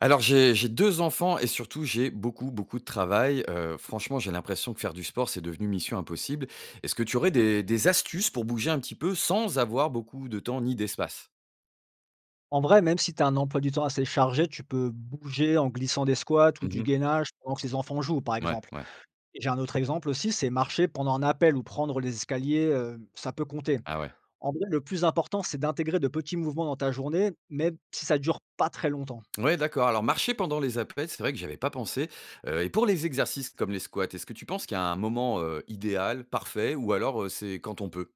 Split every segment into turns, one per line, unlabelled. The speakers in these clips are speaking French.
Alors j'ai 2 enfants et surtout j'ai beaucoup, beaucoup de travail. Franchement, j'ai l'impression que faire du sport, c'est devenu mission impossible. Est-ce que tu aurais des astuces pour bouger un petit peu sans avoir beaucoup de temps ni d'espace?
En vrai, même si tu as un emploi du temps assez chargé, tu peux bouger en glissant des squats ou du
Mmh.
gainage pendant que les enfants jouent, par
Ouais,
exemple.
ouais.
Et j'ai un autre exemple aussi, c'est marcher pendant un appel ou prendre les escaliers, ça peut compter.
Ah ouais.
En vrai, le plus important, c'est d'intégrer de petits mouvements dans ta journée, même si ça dure pas très longtemps.
Ouais, d'accord. Alors marcher pendant les appels, c'est vrai que j'avais pas pensé, et pour les exercices comme les squats, est-ce que tu penses qu'il y a un moment, idéal, parfait ou alors, c'est quand on peut?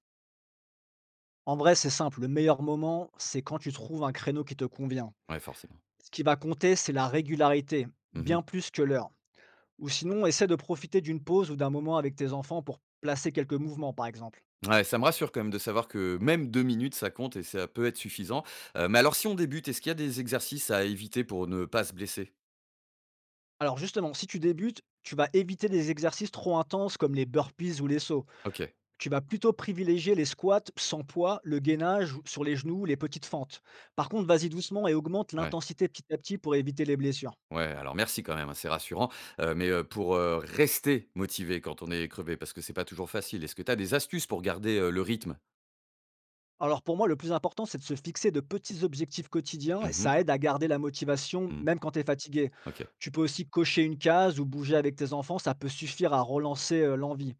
En vrai, c'est simple, le meilleur moment, c'est quand tu trouves un créneau qui te convient.
Ouais, forcément.
Ce qui va compter, c'est la régularité,
Mmh.
bien plus que l'heure. Ou sinon, essaie de profiter d'une pause ou d'un moment avec tes enfants pour placer quelques mouvements, par exemple.
Ouais, ça me rassure quand même de savoir que même 2 minutes, ça compte et ça peut être suffisant. Mais alors si on débute, est-ce qu'il y a des exercices à éviter pour ne pas se blesser?
Alors justement, si tu débutes, tu vas éviter les exercices trop intenses comme les burpees ou les sauts.
OK,
Tu vas plutôt privilégier les squats sans poids, le gainage sur les genoux, les petites fentes. Par contre, vas-y doucement et augmente
ouais,
l'intensité petit à petit pour éviter les blessures.
ouais, alors merci quand même, hein, c'est rassurant. Mais pour rester motivé quand on est crevé, parce que c'est pas toujours facile, est-ce que tu as des astuces pour garder, le rythme?
Alors pour moi, le plus important, c'est de se fixer de petits objectifs quotidiens
Mmh
et
mh.
ça aide à garder la motivation
Mmh.
même quand tu es fatigué.
OK.
Tu peux aussi cocher une case ou bouger avec tes enfants, ça peut suffire à relancer l'envie.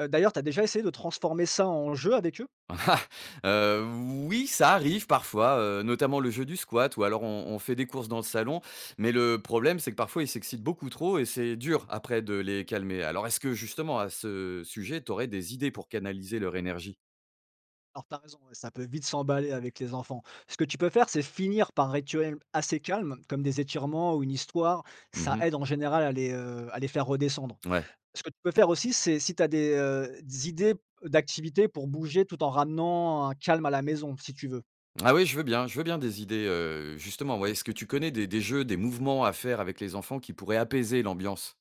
D'ailleurs, tu as déjà essayé de transformer ça en jeu avec eux?
Heu, oui, ça arrive parfois, notamment le jeu du squat ou alors on fait des courses dans le salon, mais le problème, c'est que parfois ils s'excitent beaucoup trop et c'est dur après de les calmer. Alors est-ce que justement à ce sujet, tu aurais des idées pour canaliser leur énergie?
Alors t'as raison, ouais, ça peut vite s'emballer avec les enfants. Ce que tu peux faire, c'est finir par un rituel assez calme, comme des étirements ou une histoire. Ça aide
Mmh.
en général à les faire redescendre.
Ouais.
Ce que tu peux faire aussi, c'est si tu as des idées d'activités pour bouger tout en ramenant un calme à la maison, si tu veux.
Ah oui, je veux bien des idées, justement, ouais. Est-ce que tu connais des jeux, des mouvements à faire avec les enfants qui pourraient apaiser l'ambiance?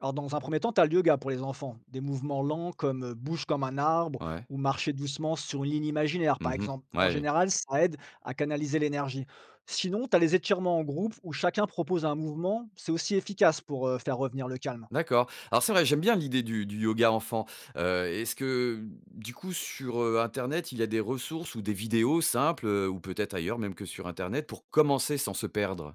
Alors, dans un premier temps, tu as le yoga pour les enfants, des mouvements lents comme bouge comme un arbre
Ouais.
ou marcher doucement sur une ligne imaginaire, par
Mmh.
exemple. En
Ouais, oui.
général, ça aide à canaliser l'énergie. Sinon, tu as les étirements en groupe où chacun propose un mouvement, c'est aussi efficace pour, faire revenir le calme.
D'accord. Alors c'est vrai, j'aime bien l'idée du yoga enfant. Est-ce que du coup sur, internet, il y a des ressources ou des vidéos simples, ou peut-être ailleurs même que sur internet pour commencer sans se perdre?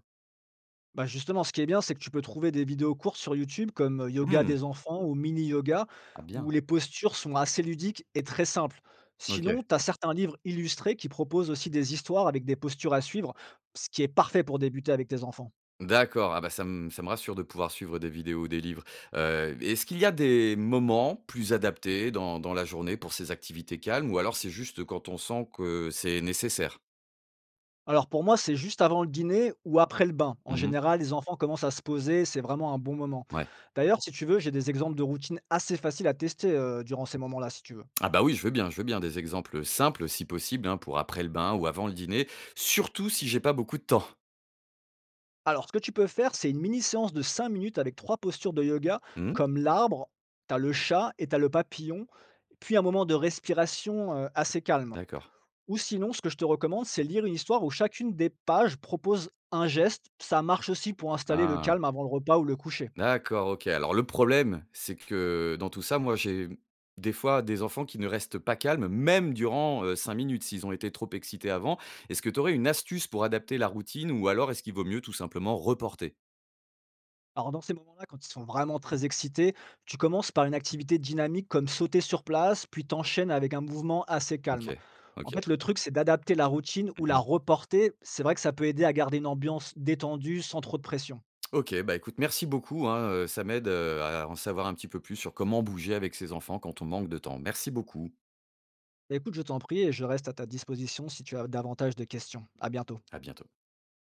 Bah, justement, ce qui est bien, c'est que tu peux trouver des vidéos courtes sur YouTube comme, yoga
Mmh.
des enfants ou mini yoga,
Ah
où
bien.
les postures sont assez ludiques et très simples.
OK.
Sinon, tu as certains livres illustrés qui proposent aussi des histoires avec des postures à suivre, ce qui est parfait pour débuter avec tes enfants.
D'accord, ah bah, ça me rassure de pouvoir suivre des vidéos ou des livres. Est-ce qu'il y a des moments plus adaptés dans la journée pour ces activités calmes ou alors c'est juste quand on sent que c'est nécessaire?
Alors pour moi, c'est juste avant le dîner ou après le bain. En
Mmh.
général, les Mmh. enfants commencent à se poser, c'est vraiment un bon moment.
Ouais.
D'ailleurs, si tu veux, j'ai des exemples de routines assez faciles à tester, durant ces moments-là, si tu veux.
Ah bah oui, je veux bien des exemples simples si possible, hein, pour après le bain ou avant le dîner, surtout si j'ai pas beaucoup de temps.
Alors, ce que tu peux faire, c'est une mini séance de 5 minutes avec 3 postures de yoga,
Mmh?
comme l'arbre, tu as le chat et tu as le papillon, puis un moment de respiration, assez calme.
D'accord.
Ou sinon, ce que je te recommande, c'est lire une histoire où chacune des pages propose un geste. Ça marche aussi pour installer le
Ah,
calme avant le repas ou le coucher.
d'accord, OK. Alors le problème, c'est que dans tout ça, moi j'ai des fois des enfants qui ne restent pas calmes, même durant, 5 minutes s'ils ont été trop excités avant. Est-ce que tu aurais une astuce pour adapter la routine ou alors est-ce qu'il vaut mieux tout simplement reporter?
Alors dans ces moments-là, quand ils sont vraiment très excités, tu commences par une activité dynamique comme sauter sur place, puis t'enchaînes avec un mouvement assez
OK,
calme. En
OK.
fait, le truc, c'est d'adapter la routine ou la
Mmh.
reporter. C'est vrai que ça peut aider à garder une ambiance détendue sans trop de pression.
OK, bah écoute, merci beaucoup, hein, ça m'aide, à en savoir un petit peu plus sur comment bouger avec ses enfants quand on manque de temps. Merci beaucoup.
Écoute, je t'en prie et je reste à ta disposition si tu as davantage de questions. À bientôt.
À bientôt.